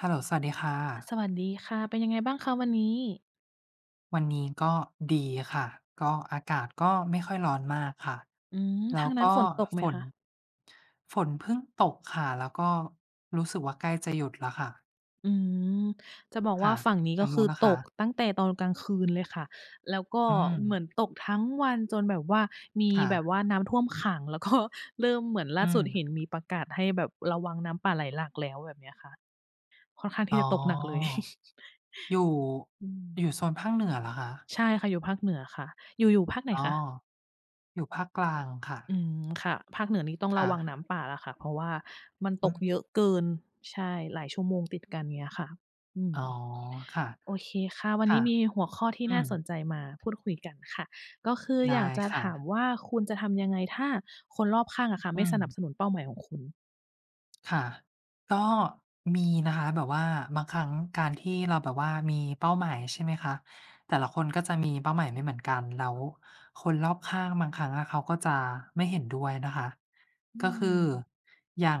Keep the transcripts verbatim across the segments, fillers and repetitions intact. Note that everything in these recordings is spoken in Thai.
ฮัลโหลสวัสดีค่ะสวัสดีค่ะเป็นยังไงบ้างคะวันนี้วันนี้ก็ดีค่ะ ก็อากาศก็ไม่ค่อยร้อนมากค่ะ อืมแล้ทาวงนั้นก็ฝนตกไหมฝนคะฝนเพิ่งตกค่ะ แล้วก็รู้สึกว่าใกล้จะหยุดแล้วค่ะอืมจะบอกว่าค่ะฝั่งนี้ก็ทางคืนู้อนล่ะตคะกตั้งแต่ตอนกลางคืนเลยค่ะแล้วก็อืมเหมือนตกทั้งวันจนแบบว่ามีค่ะแบบว่าน้ำท่วมขังแล้วก็เริ่มเหมือนล่าอืสุมดเห็นมีประกาศให้แบบระวังน้ำป่าไหลหลากแล้วแบบเนี้ยค่ะค่อนข้างอ๋ที่จะตกหนักเลย ออยู่ อืมอยู่โซนภาคเหนือเหรอคะใช่ค่ะอยู่ภาคเหนือค่ะอยู่อยู่ภาคไหนอ๋อคะ อยู่ภาคกลางค่ะอืมค่ะภาคเหนือนี่ต้องระค่ะวังน้ำป่าแล้วค่ะเพราะว่ามันตอืกมเยอะเกินใช่หลายชั่วโมงติดกันเงี้ยค่ะอืมอ๋อค่ะโอเคค่ะวันนี้ค่ะมีหัวข้อที่อืน่ามสนใจมาพูดคุยกันค่ะก็คืออยาได้กจะค่ะถามว่าคุณจะทำยังไงถ้าคนรอบข้างอะค่ะอืไม่สม นับสนุนเป้าหมายของคุณค่ะ ก็มีนะคะแบบว่าบางครั้งการที่เราแบบว่ามีเป้าหมายใช่ไหมคะแต่ละคนก็จะมีเป้าหมายไม่เหมือนกันแล้วคนรอบข้างบางครั้งอะเขาก็จะไม่เห็นด้วยนะคะอืก็คืมออย่าง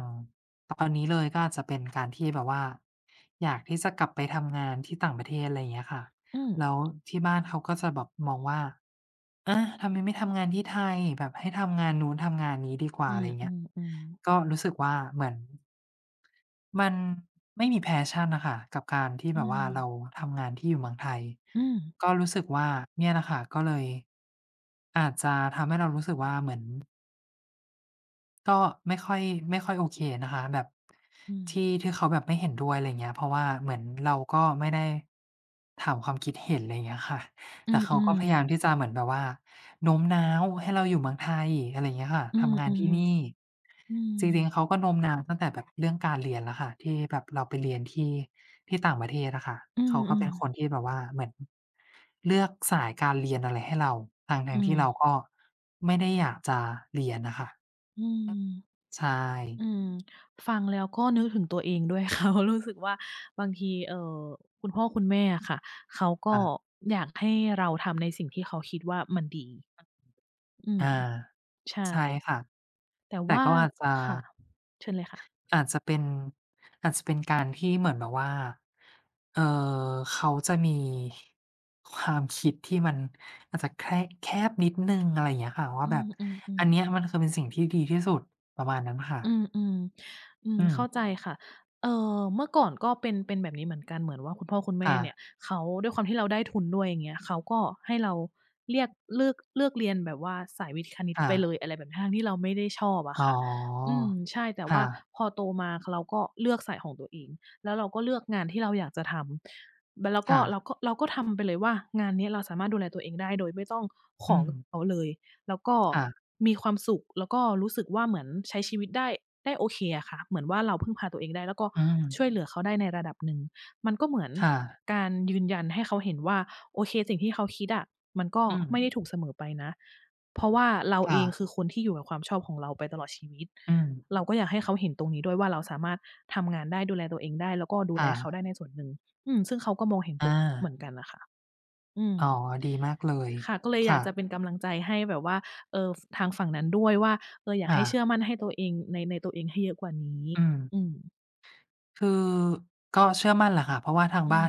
ตอนนี้เลยก็อาจจะเป็นการที่แบบว่าอยากที่จะกลับไปทำงานที่ต่างประเทศอะไรอย่างเงี้ยค่ะอืมแล้วที่บ้านเขาก็จะแบบมองว่าอาทำไมไม่ทำงานที่ไทยแบบให้ทำงานนู้นทำงานนี้ดีกว่าอือะไรอย่างเงี้ยมๆก็ๆรู้สึกว่าเหมือน มันไม่มี passion น่ะค่ะกับการที่แบอืบว่ามเราทำงานที่อยู่เมืองไทยอืมก็รู้สึกว่าเนี่ยแหละค่ะก็เลยอาจจะทำให้เรารู้สึกว่าเหมือน ก็ไม่ค่อยไม่ค่อยโอเคนะคะแบบอืมที่ที่เขาแบบไม่เห็นด้วยอะไรเงี้ยเพราะว่าเหมือนเราก็ไม่ได้ถามความคิดเห็นอะไรเงี้ยค่ะอืแต่เขาก็มพยายามที่จะเหมือนแบบว่าโน้มน้าวให้เราอยู่เมืองไทยอะไรเงี้ยค่ะๆอืมทำงานที่นี่ๆอืมจริงๆเขาก็โน้มน้าวตั้งแต่แบบเรื่องการเรียนแล้วค่ะที่แบบเราไปเรียนที่ที่ต่างประเทศอะค่ะอืเขาก็เป็นคนมที่แบบว่าเหมือนเลือกสายการเรียนอะไรให้เราอืทั้งๆมที่เราก็ๆไม่ได้อยากจะเรียนน่ะค่ะ อืมใช่อืม อืมฟังแล้วก็นึกถึงตัวเองด้วยค่ะ เพรารู้สึกว่าบางทีเอ่อคุณพ่อคุณแม่อะค่ะเขาก็ค่ะอยากให้เราทำในสิ่งที่เขาคิดว่ามันดีอืมอาใช่ใช่ค่ะแต่แต่ว่าก็อาจจะค่ะเชิญเลยค่ะอาจจะเป็นอาจจะเป็นการที่เหมือนแบบว่าเอ่อเขาจะมีความคิดที่มันอาจจะแค่แคบนิดหนึ่งอะไรอย่างเงี้ยค่ะอืว่าแบบมอันๆเนี้ยๆ มันคือเป็นสิ่งที่ดีที่สุดประมาณนั้นค่ะอืมอืมอืมอืมเข้าใจค่ะเอ่อเมื่อก่อนก็เป็นเป็นแบบนี้เหมือนกันเหมือนว่าคุณพ่อคุณแม่เนี่ยค่ะเขาด้วยความที่เราได้ทุนด้วยอย่างเงี้ยเขาก็ให้เราเรียกเลือกเลือกเรียนแบบว่าสายวิทย์คณิตไปเลยค่ะอะไรแบบนี้ทั้งที่เราไม่ได้ชอบอะอ๋อค่ะอืมใช่แต่ว่าค่ะพอโตมาเราก็เลือกสายของตัวเองแล้วเราก็เลือกงานที่เราอยากจะทำแล้วก็เราค่ะก็เราก็ทำไปเลยว่างานเนี้ยเราสามารถดูแลตัวเองได้โดยไม่ต้องขอือมเงินเขาเลย แล้วก็ค่ะมีความสุขแล้วก็รู้สึกว่าเหมือนใช้ชีวิตได้ได้โอเคอะค่ะเหมือนว่าเราพึ่งพาตัวเองได้แล้วก็อืมช่วยเหลือเขาได้ในระดับหนึ่งมันก็เหมือนค่ะการยืนยันให้เขาเห็นว่าโอเคสิ่งที่เขาคิดอะมันก็อืไม่ได้มถูกเสมอไปนะเพราะว่าเราเองคืค่ะอคนที่อยู่กับความชอบของเราไปตลอดชีวิตอืมเราก็อยากให้เขาเห็นตรงนี้ด้วยว่าเราสามารถทำงานได้ดูแลตัวเองได้แล้วก็ดูแลเขาค่ะได้ในส่วนหนึ่งอืมซึ่งเขาก็มองเห็นตอา รงเหมือนกันน่ะค่ะ อืมอ๋อดีมากเลยค่ะก็เลยอยากค่ะจะเป็นกำลังใจให้แบบว่าเอ่อทางฝั่งนั้นด้วยว่าเอออยากให้เชื่อค่ะมั่นให้ตัวเองในในตัวเองให้เยอะกว่านี้อืมอืมคือก็เชื่อมั่นแหละค่ะเพราะว่าทางอืบ้ามน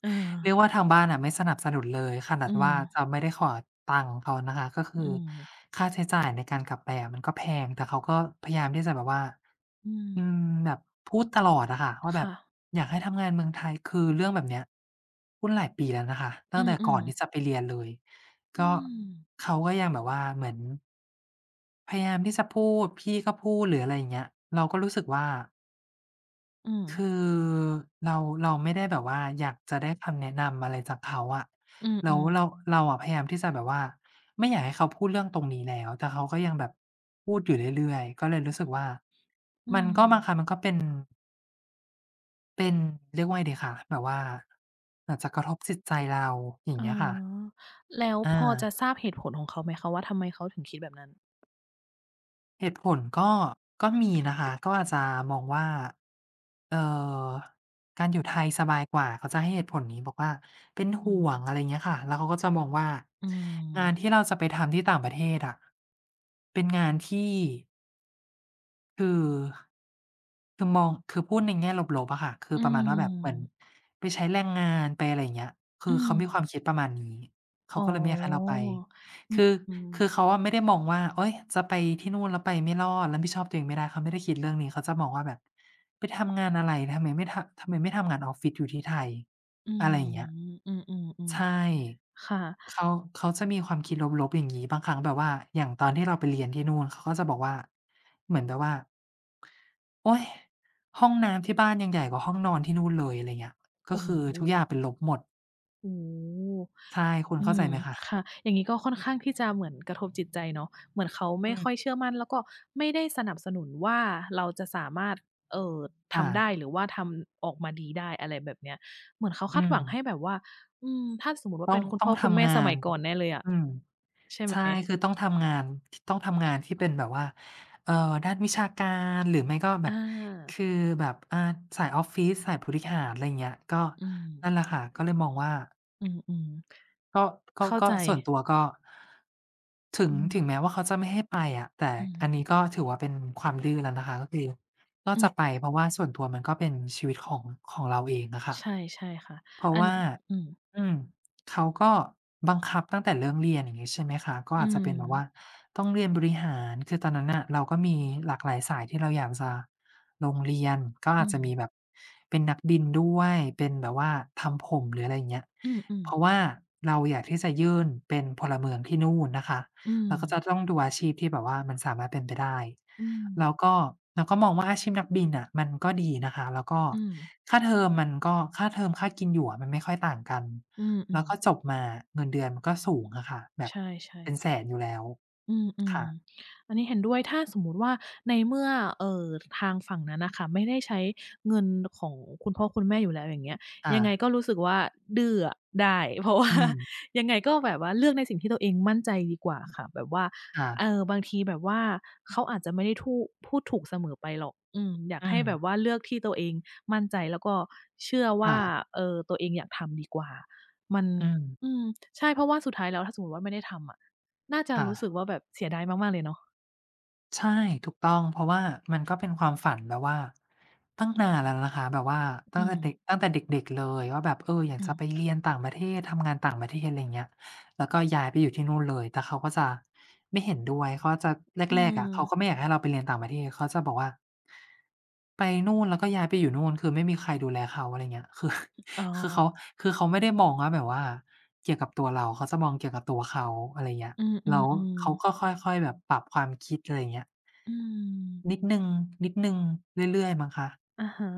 เออ เรียกว่าทางบ้านอ่ะไม่สนับสนุนเลยขนาอืดว่าจะมไม่ได้ขอตังค์เขานะคะก็คือือมค่าใช้จ่ายในการกลับไปอะมันก็แพงแต่เขาก็พยายามที่จะแบบว่าอืมอืมแบบพูดตลอดอะค่ะว่าแบบค่ะอยากให้ทำงานเมืองไทยคือเรื่องแบบเนี้ยพูดหลายปีแล้วนะคะอืตั้งแต่ก่อมนที่จะๆไปเรียนเลยอืก็มเขาก็ยังแบบว่าเหมือน พยายามที่จะพูดพี่ก็พูดหรืออะไรอย่างเงี้ยเราก็รู้สึกว่าอืมคือเราเราไม่ได้แบบว่าอยากจะได้คำแนะนำอะไรจากเขาอะอืมอืแล้วมเราๆเราอะพยายามที่จะแบบว่าไม่อยากให้เขาพูดเรื่องตรงนี้แล้วแต่เขาก็ยังแบบพูดอยู่เรื่อยๆก็เลยรู้สึกว่าอืมันมก็บางครั้งมันก็เป็นเป็นเรียกว่าไงดีคะแบบว่าอาจจะกระทบจิตใจเราอย่างอ๋อเงี้ยค่ะแล้วพอา อจะทราบเหตุผลของเขาไหมคะว่าทำไมเขาถึงคิดแบบนั้นเหตุผลก็ก็มีนะคะก็อาจจะมองว่าเอ่อการอยู่ไทยสบายกว่าเขาจะให้เหตุผลนี้บอกว่าเป็นอืห่วงมอะไรเงี้ยค่ะแล้วเขาก็จะมองว่าอืงานที่มเราจะไปทำที่ต่างประเทศอะเป็นงานที่คือ คือมองคือพูดในแง่ลบๆอะค่ะคืออืประมาณว่าแบบเหมือนมไปใช้แรงงานไปอะไรอย่างเงี้ย คืออืมเขามีความคิดประมาณนี้เขาอ๋อก็เลยไม่อยากให้เราไป คืออืคือม เขาอะไม่ได้มองว่าโอ๊ยจะไปที่นู่นแล้วไปไม่รอดรับผิดชอบตัวเองไม่ได้เขาไม่ได้คิดเรื่องนี้เขาจะมองว่าแบบไปทำงานอะไรทำไมไม่ทำทำไมไม่ทำงานออฟฟิศอยู่ที่ไทยอือะมไรอย่างเงี้ยอืมใช่ๆๆค่ะเขาเขาจะมีความคิดลบๆอย่างงี้บางครั้งแบบว่าอย่างตอนที่เราไปเรียนที่นู่นเขาก็จะบอกว่าเหมือนแบบว่าโอ๊ยห้องน้ำที่บ้านยังใหญ่กว่าห้องนอนที่นู่นเลยอะไรเงี้ยก็โอ้คือโฮทุกอย่างเป็นลบหมดโอ้โฮใช่คุณอืเข้าใจมไหมคะค่ะอย่างงี้ก็ค่อนข้างที่จะเหมือนกระทบจิตใจเนาะเหมือนเขาอืไม่มค่อยเชื่อมั่นแล้วก็ไม่ได้สนับสนุนว่าเราจะสามารถเอ่อค่ะทำได้หรือว่าทำออกมาดีได้อะไรแบบเนี้ยเหมือนเขาอืคาดหม วังให้แบบว่าอืมถ้าสมมุติว่าต้อเป็งนคุณต้อพ่งอคุณแม่ทำงาสนมัยก่อนแน่เลยอะอืมใช่ไหมใช่คือต้องทำงานทต้องทำงานที่เป็นแบบว่าเอ่อด้านวิชาการหรือไม่ก็แบอาบคือแบบอ่าสายออฟฟิศสายบริหารอะไรอย่างเงี้ยก็อืมนั่นแหละค่ะก็เลยมองว่าอืมก็ๆก็เข้าก็ใจส่วนตัวก็ถึงอืถึงแม้มว่าเขาจะไม่ให้ไปอะแต่อันนี้ๆก็ถือว่าเป็นความดื้อแล้วนะคะก็คือก็อืจะไปมเพราะว่าส่วนตัวมันก็เป็นชีวิตของของเราเองอะค่ะใช่ ใช่ค่ะเพราะอันว่าอืม อืม เขาก็บังคับตั้งแต่เรื่องเรียนอย่างงี้ใช่ไหมคะก็อือาจจะมเป็นแบบว่าต้องเรียนบริหารคือตอนนั้นน่ะเราก็มีหลากหลายสายที่เราอยากจะลงเรียนก็อาอืจมจะมีแบบเป็นนักบินด้วยเป็นแบบว่าทำผมหรืออะไรอย่างเงี้ยอืมเพราะๆว่าเราอยากที่จะยื่นเป็นพลเมืองที่นู่นนะคะอืมเราก็จะต้องดูอาชีพที่แบบว่ามันสามารถเป็นไปได้อืมแล้วก็เราก็มองว่าอาชีพนักบินน่ะมันก็ดีนะคะแล้วก็อืมค่าเทอมมันก็ค่าเทอมค่ากินอยู่อะมันไม่ค่อยต่างกัน อืมอืแล้มวก็จบมาเงินเดือนมันก็สูงอะค่ะแบใชบ่เป็นแสๆ นอยู่แล้วอืมอืมค่ะอันนี้เห็นด้วยถ้าสมมุติว่าในเมื่อเอ่อทางฝั่งนั้นน่ะค่ะไม่ได้ใช้เงินของคุณพ่อคุณแม่อยู่แล้วอย่างเงี้ยค่ะยังไงก็รู้สึกว่าดื้ออะได้เพราะว่าอืมยังไงก็แบบว่าเลือกในสิ่งที่ตัวเองมั่นใจดีกว่าค่ะแบบว่าค่ะเอ่อบางทีแบบว่าเขาอาจจะไม่ได้ทู่พูดถูกเสมอไปหรอกอืมอยากอืให้มแบบว่าเลือกที่ตัวเองมั่นใจแล้วก็เชื่อว่าค่ะเอ่อตัวเองอยากทำดีกว่ามันอืมอืมใช่เพราะว่าสุดท้ายแล้วถ้าสมมุติว่าไม่ได้ทำอะ น่าจะค่ะ รู้สึกว่าแบบเสียดายมากๆเลยเนาะใช่ถูกต้องเพราะว่ามันก็เป็นความฝันแบบว่าตั้งนานแล้วนะคะแบบว่าอืตั้งแต่เด็กม ตั้งแต่เด็กๆเลยว่าแบบเอออยากอืจะม ไปเรียนต่างประเทศทำงานต่างประเทศอะไรอย่างเงี้ยแล้วก็ย้ายไปอยู่ที่นู่นเลยแต่เขาก็จะไม่เห็นด้วยเขาจะอืแรกๆอะมเขาก็ไม่อยากให้เราไปเรียนต่างประเทศเขาจะบอกว่าไปนู่นแล้วก็ย้ายไปอยู่นู่นคือไม่มีใครดูแลเขาอะไรเงี้ยคือ อ๋อ คือเขาคือเขาไม่ได้มองว่าแบบว่าเกี่ยวกับตัวเราเขาจะมองเกี่ยวกับตัวเขาอะไรเงี้ย อืแล้วมเขาก็ๆๆค่อยๆแบบปรับความคิดอะไรอย่างเงี้ยอืนิดม หนึ่งนิดหนึ่งเรื่อยๆมั้งคะอะฮะ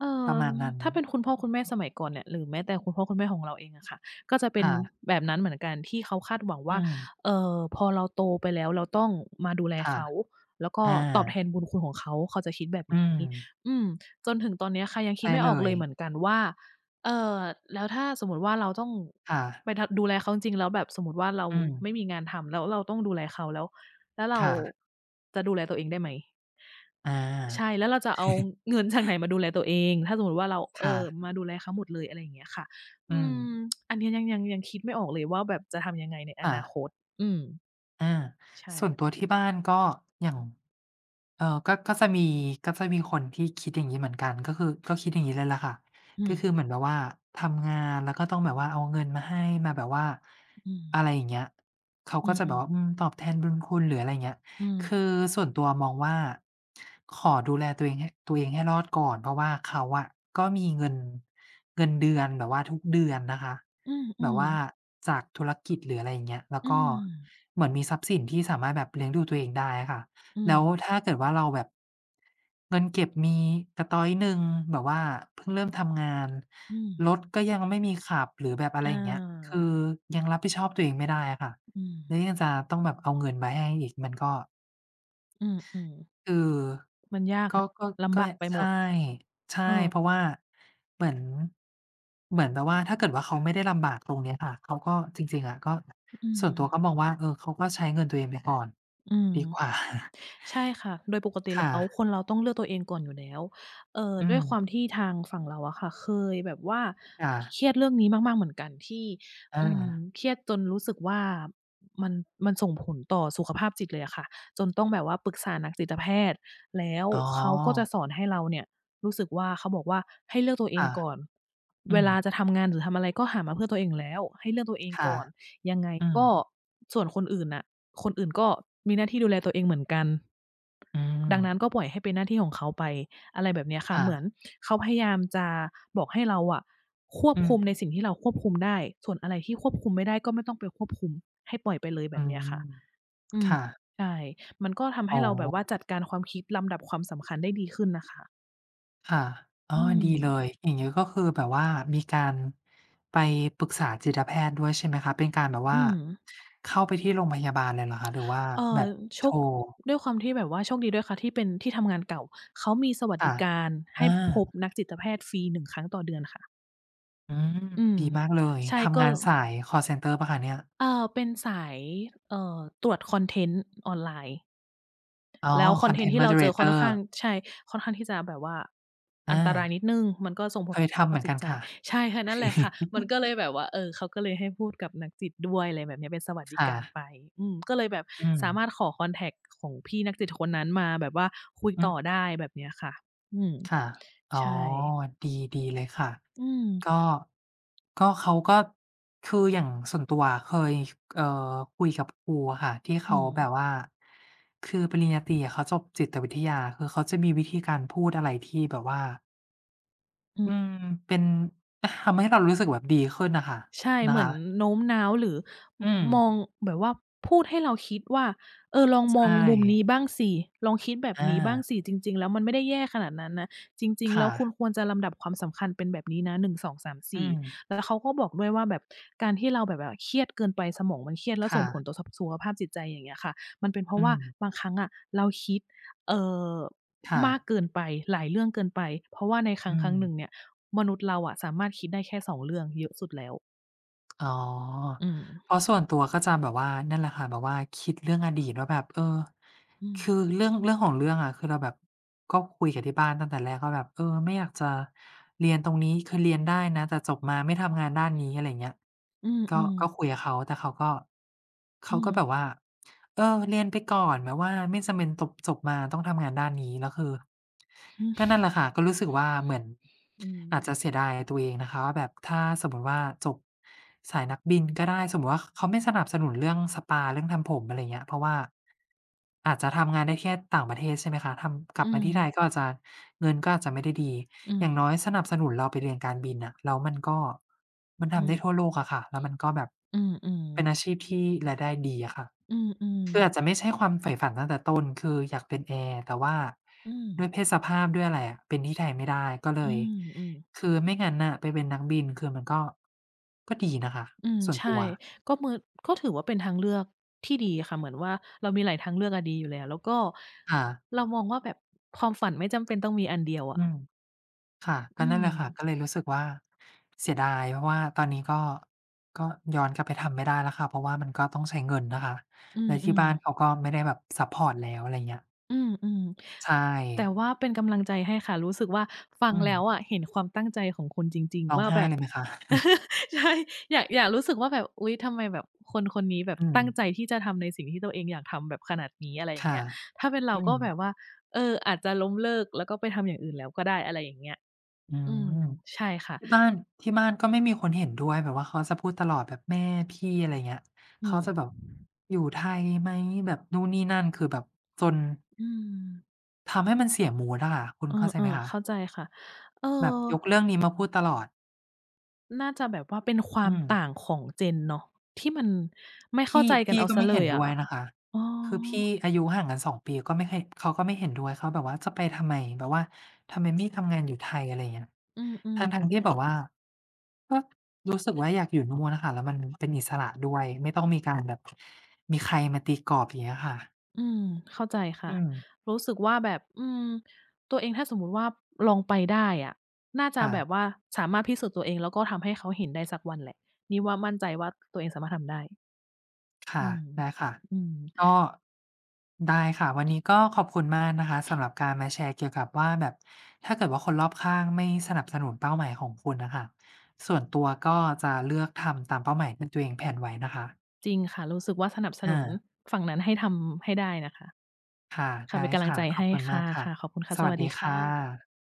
เอ่ปอระมาณนั้นถ้าเป็นคุณพ่อคุณแม่สมัยก่อนเนี่ยหรือแม้แต่คุณพ่อคุณแม่ของเราเองอะค่ะก็จะเป็นค่ะแบบนั้นเหมือนกันที่เขาคาดหวังอืว่ามเอ่อพอเราโตไปแล้วเราต้องมาดูแลค่ะเขาแล้วก็อาตอบแทนบุญคุณของเขาเขาจะคิดแบบอืมนี้อืมจนถึงตอนเนี้ยค่ะยังคิดใช่ไม่อเลอกเลยยเหมือนกันว่าเอ่อแล้วถ้าสมมุติว่าเราต้องค่ะไปทดูแลเขาจริงๆแล้วแบบสมมุติว่าเราอืมไม่มีงานทำแล้วเราต้องดูแลเขาแล้วแล้วเราค่ะจะดูแลตัวเองได้ไหม อาใช่แล้วเราจะเอาเงิน จากไหนมาดูแลตัวเองถ้าสมมุติว่าเราเอ่ค่ะอมาดูแลเขาหมดเลยอะไรอย่างเงี้ยค่ะอือืมมอันเนี้ยยังยังยังคิดไม่ออกเลยว่าแบบจะทำยังไงในอค่ะ นาคตอืมอาใช่ส่วนตัวที่บ้านก็อย่างเอ่อก็ก็จะมีก็จะมีคนที่คิดอย่างงี้เหมือนกันก็คือก็คิดอย่างงี้เลยแหละค่ะอืก็มคือเหมือนแบบว่าทำงานแล้วก็ต้องแบบว่าเอาเงินมาให้มาแบบว่าอืมอะไรอย่างเงี้ยเขาอืก็จะแบบอว่าอืมๆตอบแทนบุญคุณหรืออะไรอย่างเงี้ยอืคือมส่วนตัวมองว่าขอดูแลตัวเองให้ตัวเองให้รอดก่อนเพราะว่าเขาอะก็มีเงินเงินเดือนแบบว่าทุกเดือนนะคะ อืแบบมว่าจากธุรกิจหรืออะไรอย่างเงี้ยแล้วอมอืก็มเหมือนมีทรัพย์สินที่สามารถแบบเลี้ยงดูตัวเองได้อะค่ะอืมแล้วถ้าเกิดว่าเราแบบเงินเก็บมีกระต๊อยหนึ่งแบบว่าเพิ่งเริ่มทำงานอืมรถก็ยังไม่มีขับหรือแบบอะไรออาย่างเงี้ยคือยังรับผิดชอบตัวเองไม่ได้อะค่ะอืมแล้วยังจะต้องแบบเอาเงินมาให้อีกมันก็ อือเออๆมันยากก็เนาะก็ลำก็ บากไปหมใช่ดใช่ เออเพราะว่า เหมือนเหมือนแบบว่าถ้าเกิดว่าเขาไม่ได้ลำบากตรงเนี้ยค่ะเขาก็จริงๆอะก็อืส่มวนตัวก็มองว่าเออเขาก็ใช้เงินตัวเองไปก่อนอืม ดีกว่า ใช่ค่ะ โดยปกติค่ะแล้วคนเราต้องเลือกตัวเองก่อนอยู่แล้วเอ่ออืด้วมยความที่ทางฝั่งเราอะค่ะเคยแบบว่าค่ะเครียดเรื่องนี้มากๆเหมือนกันที่อาอืมเครียดจนรู้สึกว่ามันมันส่งผลต่อสุขภาพจิตเลยอะค่ะจนต้องแบบว่าปรึกษานักจิตแพทย์แล้วอ๋อเขาก็จะสอนให้เราเนี่ยรู้สึกว่าเขาบอกว่าให้เลือกตัวเองค่ะก่อน อืเวมลาจะทำงานหรือทำอะไรก็หามาเพื่อตัวเองอยู่แล้วให้เลือกตัวเองค่ะก่อนยังไงอืมก็ส่วนคนอื่นน่ะคนอื่นก็มีหน้าที่ดูแลตัวเองเหมือนกัน อืดังนั้นก็มปล่อยให้เป็นหน้าที่ของเขาไปอะไรแบบเนี้ยค่ะเหมือนค่ะเขาพยายามจะบอกให้เราอะควบอืมคุมในสิ่งที่เราควบคุมได้ส่วนอะไรที่ควบคุมไม่ได้ก็ไม่ต้องไปควบคุมให้ปล่อยไปเลยแบอืบเนี้ยมค่ะอืมค่ะใช่มันก็ทำอ๋ให้อ เราแบบว่าจัดการความคิดลำดับความสำคัญได้ดีขึ้นนะคะค่ะอ๋ออืดีเลมยอย่างนี้ก็คือแบบว่ามีการไปปรึกษาจิตแพทย์ด้วยใช่ไหมคะ เป็นการแบบว่าอืมเข้าไปที่โรงพยาบาลเลยเหรอคะ หรือว่าเอ่แบอบโชโทครด้วยความที่แบบว่าโชคดีด้วยค่ะที่เป็นที่ทำงานเก่าเขามีสวัสดิค่ะการอาให้พบนักจิตแพทย์ฟรีหนึ่งครั้งต่อเดือนค่ะอืมอืมดีมากเลย ใช่ทำก็ งานสายคอลเซนเตอร์เปล่าคะเนี่ยเอ่อเป็นสายเอ่อตรวจคอนเทนต์ออนไลน์อ๋อ แล้วคอน Content เทนต์ที่เราเจอค่อนข้า Moderator งใช่ค่อนข้างที่จะแบบว่าอาอันตรายนิดหนึ่งมันก็ส่งผเคลยต่อสทำเหภาพมือนจิกัตนใจค่ะ ใช่ค่ะนั่นแหละค่ะมัน ก็เลยแบบว่าเออเขาก็เลยให้พูดกับนักจิตด้วยอะไรแบบเนี้ยเป็นสวัสดิค่ะการไปอืมก็เลยแบบอืมสามารถขอคอนแท็กต์ของพี่นักจิตคนนั้นมาแบบว่าคุยอืม ต่อได้แบบเนี้ยค่ะอืมค่ะอ๋อ ใช่ดีดีเลยค่ะ อืมก็ก็เขาก็คืออย่างส่วนตัวเคยเอ่อคุยกับครูอะค่ะ ที่อืเขาอแบบว่า คือปริญญาตรีอะเขาจบจิตวิทยาคือเขาจะมีวิธีการพูดอะไรที่แบบว่าอือ อืมเป็น ทำให้เรารู้สึกแบบดีขึ้นน่ะค่ะใช่นะเหมือนคะโน้มน้าวหรือมอืมมองแบบว่าพูดให้เราคิดว่าเออลองมอใช่งมุมนี้บ้างสิลองคิดแบบอานี้บ้างสิจริงๆแล้วมันไม่ได้แย่ขนาดนั้นนะจริงๆแล้วค่ะคุณควรจะลำดับความสำคัญเป็นแบบนี้นะหนึ่ง สอง สาม อื สี่" มแล้วเขาก็บอกด้วยว่าแบบการที่เราแบบแบบเครียดเกินไปสมองมันเครียดแล้วส่งค่ะผลต่อสสุขภาพจิตใจอย่างเงี้ยค่ะมันเป็นเพอืราะว่ามบางครั้งอะเราคิดเอ่อค่ะมากเกินไปหลายเรื่องเกินไปเพราะว่าในคอืม รั้งๆหนึ่งเนี่ยมนุษย์เราอะสามารถคิดได้แค่สองเรื่องเยอะสุดแล้ว อ๋ออืมเพราะส่วนตัวก็จะแบบว่านั่นแหละค่ะแบบว่าคิดเรื่องอดีตว่าแบบเออ อืคือมเรื่องเรื่องของเรื่องอะคือเราแบบก็คุยกับที่บ้านตั้งแต่แรกว่าแบบเออไม่อยากจะเรียนตรงนี้คือเรียนได้นะแต่จบมาไม่ทำงานด้านนี้อะไรอย่างเงี้ยอืมก็อืมก็คุยกับเขาแต่เขาก็เขาอืก็มแบบว่าเออเรียนไปก่อนแบบว่าไม่จำเป็นจบจบมาต้องทำงานด้านนี้แล้วคือก็นั่นแหละค่ะก็รู้สึกว่าเหมือนอืมอาจจะเสียดายตัวเองนะคะว่าแบบถ้าสมมุติว่าจบสายนักบินก็ได้สมมุติว่าเขาไม่สนับสนุนเรื่องสปาเรื่องทำผมอะไรอย่างเงี้ยเพราะว่า อาจจะทำงานได้แค่ต่างประเทศใช่ไหมคะทำกลับอืมามที่ไทยก็อาจจะเงินก็อาจจะไม่ได้ดี อือมย่างน้อยสนับสนุนเราไปเรียนการบินน่ะแล้วมันก็มันอืทำมได้ทั่วโลกอะค่ะแล้วมันก็แบบอืเป็นอามชีพที่รายได้ดีอะค่ะอืมอืมคืออาจจะไม่ใช่ความใฝ่ฝันตั้งแต่ต้นคืออยากเป็นแอร์แต่ว่าอืมอืมอืด้วยเพมศสภาพด้วยอะไรอะเป็นที่ไทยไม่ได้ก็เลอืยมคือไม่งั้นน่ะไปเป็นนักบินคือมันก็ก็ดีนะคะอืมส่วนใช่ตัวก็มือก็ถือว่าเป็นทางเลือกที่ดีค่ะเหมือนว่าเรามีหลายทางเลือกอะดีอยู่แล้วแล้วก็ค่ะเรามองว่าแบบความฝันไม่จำเป็นต้องมีอันเดียวอือะม ค่ะก็อืนั่นแหมละค่ะก็เลยรู้สึกว่าเสียดายเพราะว่าตอนนี้ก็ก็ย้อนกลับไปทำไม่ได้แล้วค่ะเพราะว่ามันก็ต้องใช้เงินนะคะอืแล้วที่มบ้านเขาๆก็ไม่ได้แบบซัปพอร์ตแล้วอะไรเงี้ยอืมใช่ๆแต่ว่าเป็นกำลังใจให้ค่ะรู้สึกว่าฟังอืมแล้วอะเห็นความตั้งใจของคุณจริงร้ๆองว่าไห้แบบ เลยไหมคะ ใช่อยากอยากรู้สึกว่าแบบอุ๊ยทำไมแบบคนคนนี้แบบ อืมตั้งใจที่จะทำในสิ่งที่ตัวเองอยากทำแบบขนาดนี้อะไรอย่างค่ะเงี้ยถ้าเป็นเราอืก็มแบบว่าเอออาจจะล้มเลิกแล้วก็ไปทำอย่างอื่นแล้วก็ได้อะไรอย่างเงี้ยอือืมมใช่ค่ะที่บ้านที่บ้านก็ไม่มีคนเห็นด้วยแบบว่าเขาจะพูดตลอดแบบแม่พี่อะไรเงี้ยอืเขาจะแบบมอยู่ไทยไหมแบบนู่นนี่นั่นคือแบบจนอืมทำให้มันเสียมูดอะค่ะคุณเอเข้าใจอไหมๆคะเข้าใจค่ะเออแบบยกเรื่องนี้มาพูดตลอด น่าจะแบบว่าเป็นควาอืมมต่างของ Gen เนาะที่มันไม่เข้าพี่ใจกันพี่เอาก็เสียไม่เลเห็นยด้อะวยนะคะอ๋อคือพี่อายุห่างกันสองปีก็ไม่เคยเขาก็ไม่เห็นด้วยเขาแบบว่าจะไปทำไมแบบว่าทำไมไม่ทำงานอยู่ไทยอะไรอย่างเงี้ยอืมทั้ๆ งๆที่แบบว่าก็รู้สึกว่าอยากอยู่นู่นน่ะค่ะแล้วมันเป็นอิสระด้วยไม่ต้องมีการแบบมีใครมาตีกรอบอย่างเงี้ยค่ะอืมเข้าใจค่ะอืมรู้สึกว่าแบบอืมตัวเองถ้าสมมุติว่าลองไปได้อะน่าจะแบบว่าค่ะ สามารถพิสูจน์ตัวเองแล้วก็ทำให้เขาเห็นได้สักวันแหละนี่ว่ามั่นใจว่าตัวเองสามารถทำได้อืค่ะมได้ค่ะอืมก็ได้ค่ะ วันนี้ก็ขอบคุณมากนะคะสำหรับการมาแชร์เกี่ยวกับว่าแบบถ้าเกิดว่าคนรอบข้างไม่สนับสนุนเป้าหมายของคุณน่ะค่ะส่วนตัวก็จะเลือกทำตามเป้าหมายที่ตัวเองแพลนไว้นะคะจริงค่ะรู้สึกว่าสนับสนุอานฝั่งนั้นให้ทำให้ได้นะคะค่ะค่ะเป็ได้นกำลังค่ะใจขอบให้คุณมาค่ะกค่ะ ค่ะขอบคุณค่ะสสวัสวัสดีดีค่ค่ะะ